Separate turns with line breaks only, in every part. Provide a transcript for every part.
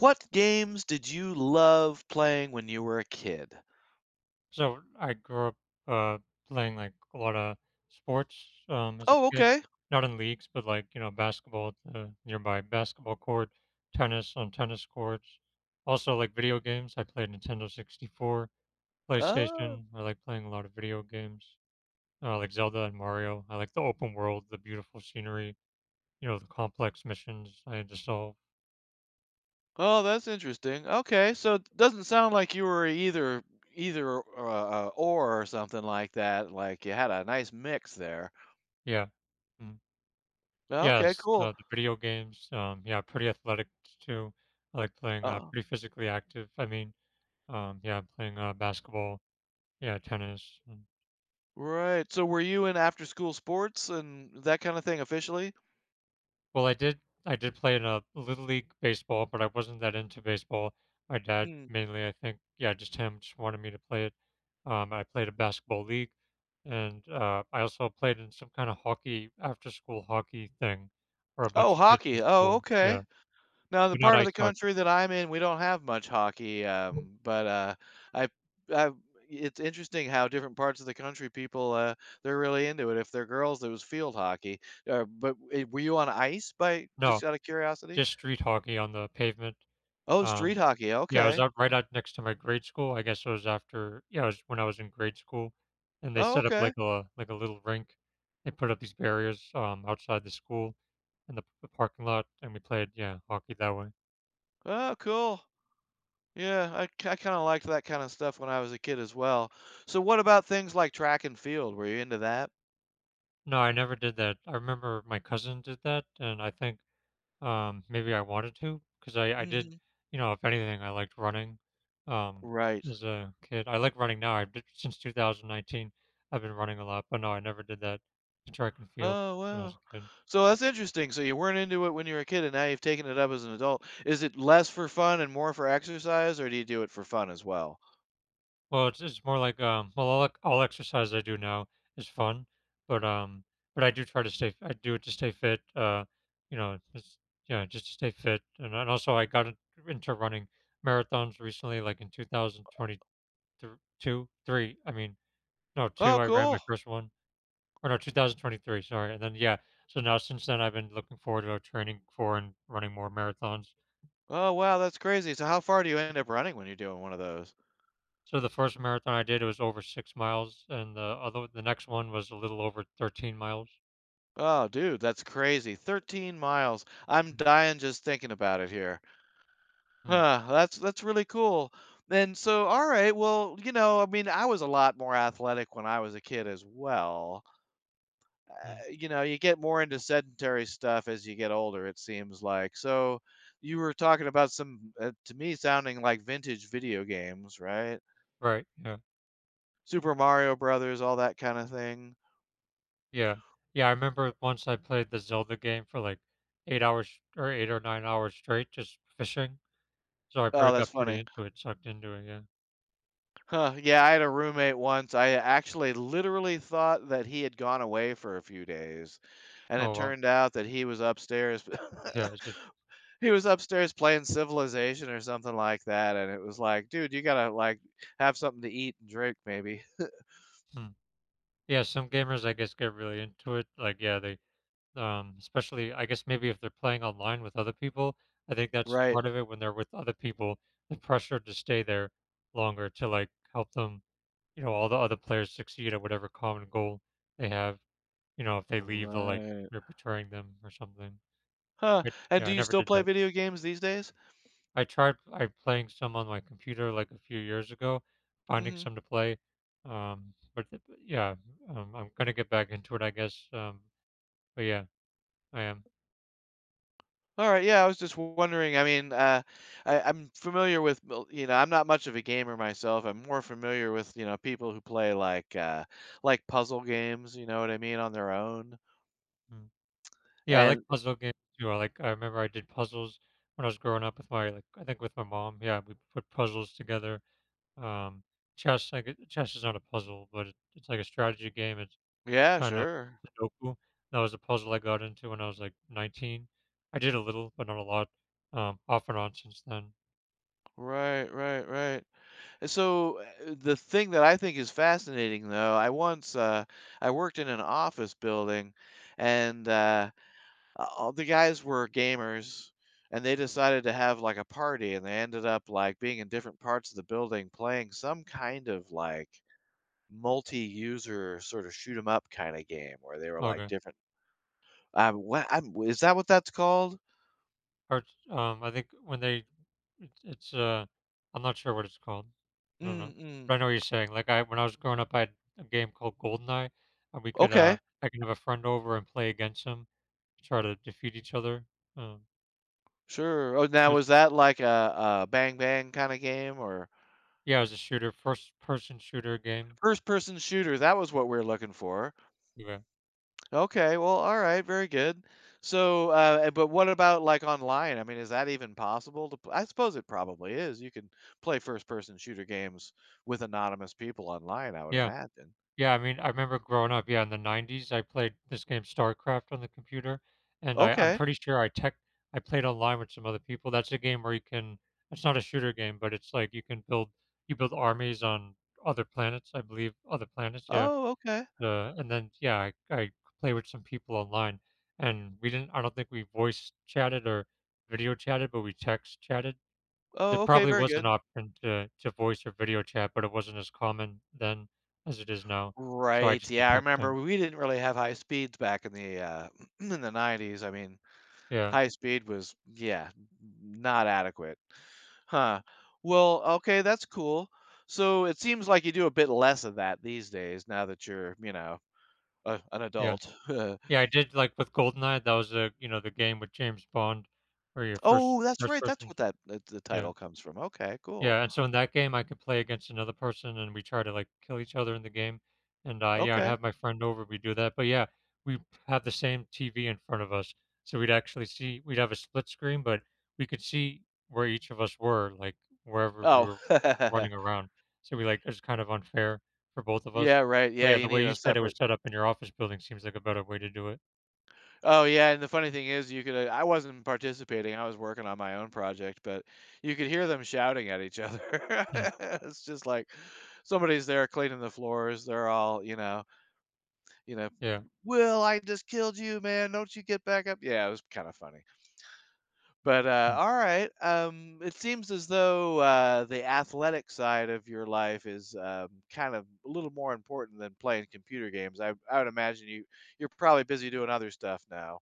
What games did you love playing when you were a kid?
So I grew up uh, playing like a lot of sports as a
Oh,
kid,
okay.
not in leagues, but like you know basketball at the nearby basketball court, tennis on tennis courts, also like video games. I played Nintendo 64,
Oh,
PlayStation. I like playing a lot of video games, like Zelda and Mario. I like the open world, the beautiful scenery, you know, the complex missions I had to solve.
oh, that's interesting. Okay, so it doesn't sound like you were either either uh, or something like that. Like you had a nice mix there.
Yeah. Hmm.
Well, okay,
Yes,
cool.
the video games, yeah, pretty athletic too. I like playing
Uh,
pretty physically active. I mean, yeah, playing basketball, yeah, tennis.
right. So were you in after school sports and that kind of thing officially?
Well, I did play in a little league baseball, but I wasn't that into baseball. My dad
Mm.
mainly, I think, yeah, just him, just wanted me to play it. I played a basketball league, and I also played in some kind of hockey after school hockey thing for a
Oh,
bunch of kids
hockey.
from
Oh,
school.
okay.
Yeah,
No, the
but not
part of the
ice hockey.
country that I'm in, we don't have much hockey, but, I I it's interesting how different parts of the country people, they're really into it. If they're girls, it was field hockey. Were you on ice by just
No,
out of curiosity?
just street hockey on the pavement.
Oh,
Um,
street hockey,
yeah, I was
okay.
out right out next to my grade school. I guess it was after yeah, it was when I was in grade school, and they
Oh,
set up
okay.
like a little rink. They put up these barriers outside the school in the parking lot, and we played yeah hockey that way.
Oh, cool. Yeah, I kinda liked that kinda stuff when I was a kid as well. So what about things like track and field? Were you into that?
No, I never did that. I remember my cousin did that, and I think maybe I wanted to, cause I did
Mhm.
you know, if anything, I liked running, um,
Right.
as a kid. I like running now, I did since 2019, I've been running a lot, but no, I never did that in track and field
Oh,
when I was
wow.
a kid.
So that's interesting. So you weren't into it when you were a kid, and now you've taken it up as an adult. Is it less for fun and more for exercise, or do you do it for fun as well?
Well, it's more like, well, all exercise I do now is fun, but, um but I do try to stay I do it to stay fit, you know, just yeah, just to stay fit, and also I got in into running marathons recently, like, in 2022 3, I mean no,
Oh,
2, I ran
cool.
my first one. Or no, 2023, sorry, and then, yeah, so now since then, I've been looking forward to training for and running more marathons.
Oh, wow, that's crazy. So how far do you end up running when you're doing one of those?
So the first marathon I did, it was over 6 miles, and the other the next one was a little over 13 miles.
Oh, dude, that's crazy. 13 miles. I'm dying just thinking about it here.
Mhm,
Huh, that's really cool. And so, all right, well, you know, I mean, I was a lot more athletic when I was a kid as well.
mm,
You know, you get more into sedentary stuff as you get older, it seems like. So you were talking about some, to me, sounding like vintage video games, right?
right, yeah,
Super Mario Brothers, all that kind of thing.
yeah. Yeah, I remember once I played the Zelda game for, like, 8 hours or 8 or 9 hours straight just fishing, so I pretty
Oh, that's
got pretty
funny.
into it, sucked into it, yeah.
Huh. Yeah, I had a roommate once. I actually literally thought that he had gone away for a few days, and it
Oh, wow.
turned out that he was upstairs.
Yeah, it's just
He was upstairs playing Civilization or something like that, and it was like, dude, you gotta like have something to eat and drink, maybe.
mm. Yeah, some gamers, I guess, get really into it, like, yeah, they especially, I guess maybe if they're playing online with other people, I think that's
Right.
part of it. When they're with other people, the pressure to stay there longer to like help them, you know, all the other players succeed at whatever common goal they have. You know, if they leave, they're like
Right.
they're betraying them or something.
Huh,
But
and
yeah,
do
I
you
never
still
did
play
that.
video games these days?
I tried I playing some on my computer like a few years ago, finding
Mhm.
some to play. Yeah, I'm gonna get back into it, I guess. But yeah, I am.
Alright, yeah, I was just wondering, I mean, I'm familiar with well, you know, I'm not much of a gamer myself, I'm more familiar with, you know, people who play like puzzle games, you know what I mean, on their own,
Hmm. Yeah, I like
and
puzzle games too. I like I remember I did puzzles when I was growing up with my like I think with my mom. Yeah, we put puzzles together. Um, chess, chess is not a puzzle, but it's like a strategy game. It's
yeah,
kind of
sure.
Sudoku. That was a puzzle I got into when I was like 19. I did a little, but not a lot. Off and on since then.
Right, right, right. And so, the thing that I think is fascinating though, I worked in an office building and, all the guys were gamers and they decided to have like a party and they ended up like being in different parts of the building playing some kind of like multi-user sort of shoot 'em up kind of game where they were like
Okay.
different is that what that's called?
I think when they it's it's, uh I'm not sure what it's called. I don't
mm
know.
mm.
But I know what you're saying. Like, I when I was growing up, I had a game called GoldenEye, and we could,
Okay.
I could have a friend over and play against him, try to defeat each other. Um,
Sure. Oh,
it
now
was
was that like a bang bang kind of game or
yeah, it was a shooter, first person shooter game.
first person shooter? That was what we are looking for.
Yeah.
Okay, well, all right, very good. So, but what about like online? I mean, is that even possible to pl- I suppose it probably is. You can play first person shooter games with anonymous people online, I would
Yeah.
imagine.
Yeah, I mean, I remember growing up, yeah, in the 90s, I played this game StarCraft on the computer, and I'm
Okay.
pretty sure I played online with some other people. That's a game where you can it's not a shooter game, but it's like you can build you build armies on other planets, I believe, other planets, yeah.
Oh, okay.
The and then yeah, I play with some people online, and we didn't I don't think we voice chatted or video chatted, but we text chatted. There
Oh, okay,
probably
very
was an
good.
option to voice or video chat, but it wasn't as common then as it is now, so I
Right.
just did
Yeah, I remember
texting.
we didn't really have high speeds back in the in the 90s. I mean,
Yeah,
high speed was yeah, not adequate. Huh. Well, okay, that's cool. So it seems like you do a bit less of that these days now that you're, you know, a, an
yeah.
adult.
Yeah, I did, like, with GoldenEye, that was, a you know, the game with James Bond where your
Oh, that's
first
right. That's
person.
what that that the
Yeah.
title comes from. Okay, cool.
Yeah, and so in that game, I could play against another person, and we try to, like, kill each other in the game, and, yeah, I'd
Okay.
have my friend over, we do that, but, yeah, we have the same TV in front of us, so we'd actually see we'd have a split screen, but we could see where each of us were, like, wherever we
Oh,
were running around, so we like, it's kind of unfair for both of
yeah,
us.
right.
But,
Yeah,
yeah,
you
the
need
way you
a
said it
separate.
was set up in your office building seems like a better way to do it.
Oh, yeah. And the funny thing is, you could. I wasn't participating. I was working on my own project, but you could hear them shouting at each other.
Hmm,
It's just like somebody's there cleaning the floors. They're all, you know, you know,
yeah,
"Will, I just killed you, man. Don't you get back up?" Yeah, it was kinda funny. But,
hmm.
alright, it seems as though, the athletic side of your life is, kind of a little more important than playing computer games. I would imagine you you're probably busy doing other stuff now.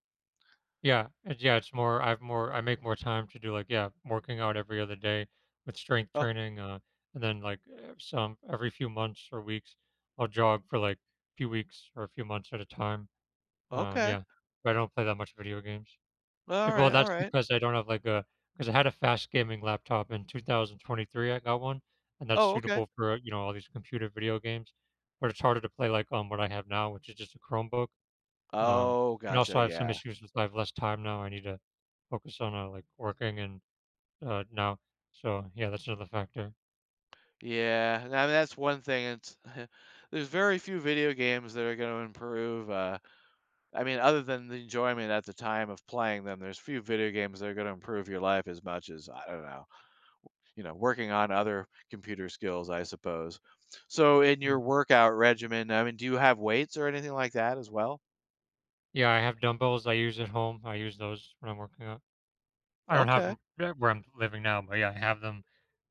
Yeah, it's more. I've more. I make more time to do like yeah, working out every other day with strength
Oh,
training, and then like some every few months or weeks, I'll jog for like a few weeks or a few months at a time.
okay.
Yeah, but I don't play that much video games. Well,
Alright,
that's
alright.
because I don't have like a because I had a fast gaming laptop in 2023. I got one, and that's
Oh, okay.
suitable for you know all these computer video games, but it's harder to play like on what I have now, which is just a Chromebook. Um,
Oh,
and
gotcha,
also I have some
yeah.
issues with I have less time now. I need to focus on like working and now. So yeah, that's another factor.
Yeah, I mean, that's one thing, it's there's very few video games that are gonna improve, I mean, other than the enjoyment at the time of playing them, there's few video games that are going to improve your life as much as, I don't know, you know, working on other computer skills, I suppose. So, in your
Mm.
workout regimen, I mean, do you have weights or anything like that as well?
Yeah, I have dumbbells I use at home. I use those when I'm working out. I don't have
Okay.
them where I'm living now, but yeah, I have them.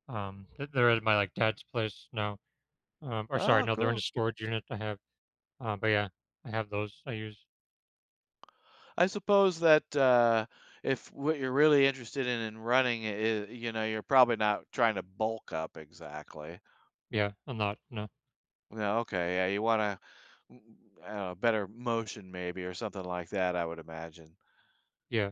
They're at my like dad's place now. Or sorry,
Oh,
no, they're in a
cool.
storage unit I have. But yeah, I have those I use.
I suppose that if what you're really interested in running is, you know, you're probably not trying to bulk up exactly.
Yeah, a lot. No,
No, okay. Yeah, you want to, I don't know, better motion maybe or something like that, I would imagine.
yeah,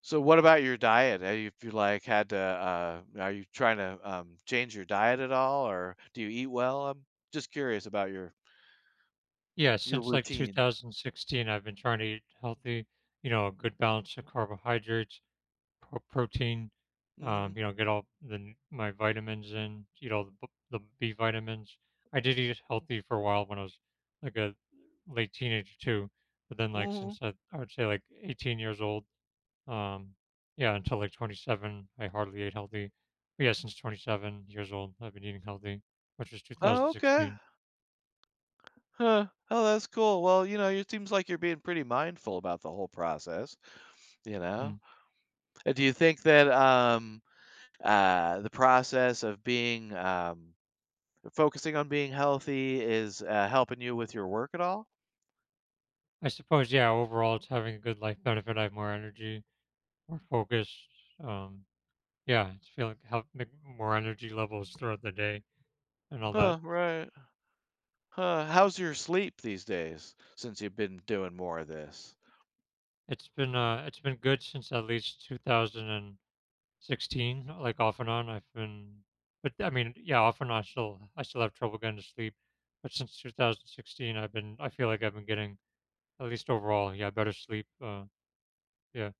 So what about your diet? Have you, if you like had to, are you trying to change your diet at all, or do you eat well? I'm just curious about
yeah.
your
Since like
routine.
2016, I've been trying to eat healthy. You know, a good balance of carbohydrates protein,
Hmm.
you know, get all the my vitamins in, eat all the B vitamins. I did eat healthy for a while when I was, like, a late teenager too, but then, like,
Hmm.
since I would say, like, 18 years old, um yeah, until, like, 27, I hardly ate healthy. But, yeah, since 27 years old, I've been eating healthy, which was
Oh, okay.
2016.
Huh. Oh, that's cool. Well, you know, it seems like you're being pretty mindful about the whole process. You know,
Mm.
Do you think that the process of being focusing on being healthy is helping you with your work at all?
I suppose, yeah, overall, it's having a good life benefit. I have more energy, more focus, um yeah, it's feel like help make more energy levels throughout the day and all that.
Huh. Right. Huh, how's your sleep these days since you've been doing more of this?
It's been good since at least 2016, like off and on. I've been but I mean, yeah, off and on I still have trouble getting to sleep. But since 2016, I've been I feel like I've been getting at least overall, yeah, better sleep. Yeah.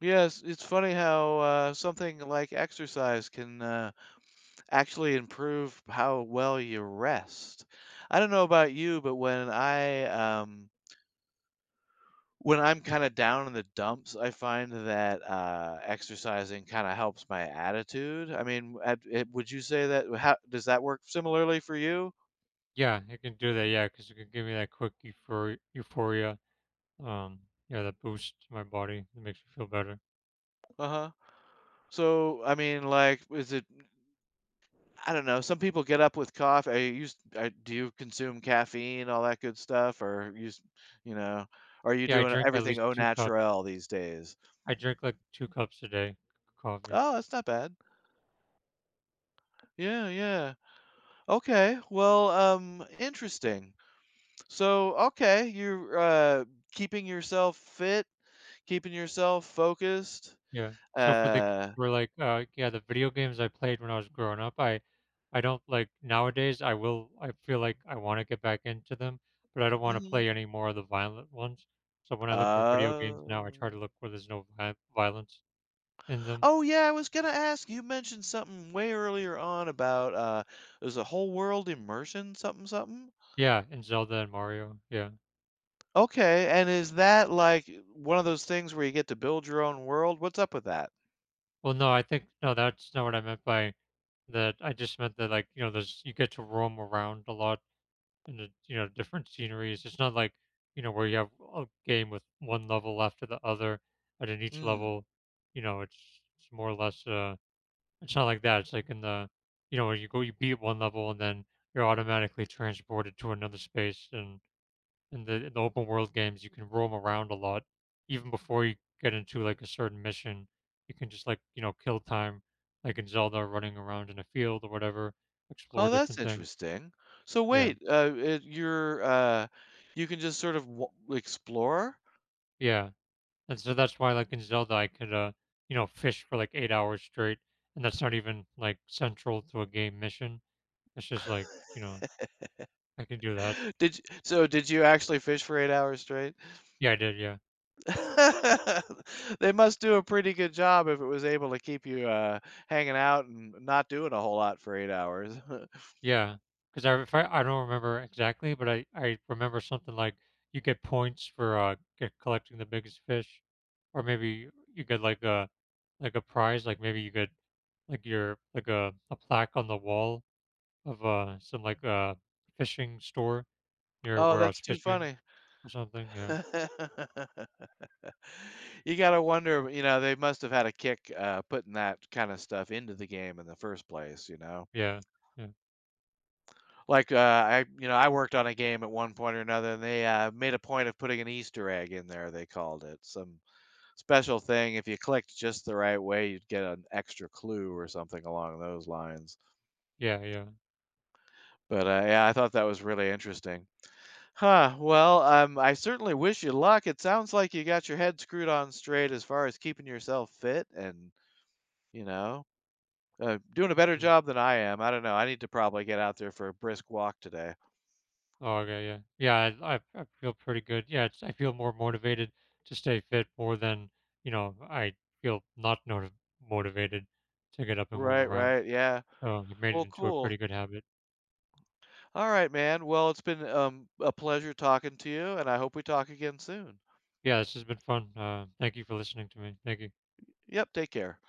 Yes, it's funny how something like exercise can actually improve how well you rest. I don't know about you, but when I when I'm kind of down in the dumps, I find that exercising kind of helps my attitude. I mean, would you say that? How, does that work similarly for you?
Yeah, it can do that. Yeah, because it can give me that quick euphoria. Um yeah, that boosts my body. It makes me feel better.
Uh huh. So, I mean, like, is it? I don't know. Some people get up with coffee. Do you consume caffeine, all that good stuff, or use, you know, are you
Yeah, I
doing
drink at
everything
least
au
two cups.
naturel these days?
I drink, like, 2 cups a day, c coffee.
Oh, that's not bad. Yeah, yeah. Okay. Well, interesting. So, okay, you're keeping yourself fit, keeping yourself focused.
Yeah. So for the
Uh,
we're like, yeah, the video games I played when I was growing up, I don't like nowadays, I will I feel like I wanna get back into them, but I don't wanna
mm-hmm.
play any more of the violent ones. So when I look for video games now, I try
Oh.
to look where there's no vi violence in them.
Oh yeah, I was gonna ask. You mentioned something way earlier on about there's a whole world immersion something something.
Yeah, in Zelda and Mario, yeah.
Okay, and is that like one of those things where you get to build your own world? What's up with that?
Well, no, I think no, that's not what I meant by that. I just meant that, like, you know, there's you get to roam around a lot. And the you know different sceneries. It's not like you know where you have a game with one level after the other, and in each
Mm.
level, you know it's more or less. It's not like that. It's like in the you know where you go, you beat one level, and then you're automatically transported to another space. And in the open world games, you can roam around a lot, even before you get into like a certain mission. You can just like you know kill time, like in Zelda, running around in a field or whatever, explore
Oh, that's
different things.
interesting. So
Yeah,
wait, it, you're you can just sort of w explore?
yeah. And so that's why, like in Zelda, I could, you know, fish for like 8 hours straight, and that's not even like central to a game mission. It's just like, you know, I could do that.
Did you, so did you actually fish for 8 hours straight?
Yeah, I did. Yeah,
They must do a pretty good job if it was able to keep you, hanging out and not doing a whole lot for 8 hours.
yeah. Because I, if I, I don't remember exactly, but I remember something like you get points for get collecting the biggest fish, or maybe you get like a prize, like maybe you get like your like a plaque on the wall of some like fishing store near
Oh,
where I was
that's too
fishing
funny.
or something. Yeah.
You gotta wonder, you know, they must have had a kick, putting that kinda stuff into the game in the first place, you know?
Yeah, yeah,
Like, I you know, I worked on a game at one point or another, and they, made a point of putting an Easter egg in there, they called it, some special thing, if you clicked just the right way, you'd get an extra clue or something along those lines.
yeah, yeah.
But, yeah, I thought that was really interesting. Huh, well, I certainly wish you luck. It sounds like you got your head screwed on straight as far as keeping yourself fit and, you know, doing a better
Mm.
job than I am. I don't know. I need to probably get out there for a brisk walk today.
Oh, okay, yeah, yeah. I feel pretty good. Yeah, it's, I feel more motivated to stay fit more than you know. I feel not motivated to get up and move
Right,
around.
right, yeah.
So I've made it
Well,
into a
cool.
pretty good habit.
All right, man. Well, it's been, a pleasure talking to you, and I hope we talk again soon.
Yeah, this has been fun. Thank you for listening to me. Thank you.
Yep, take care.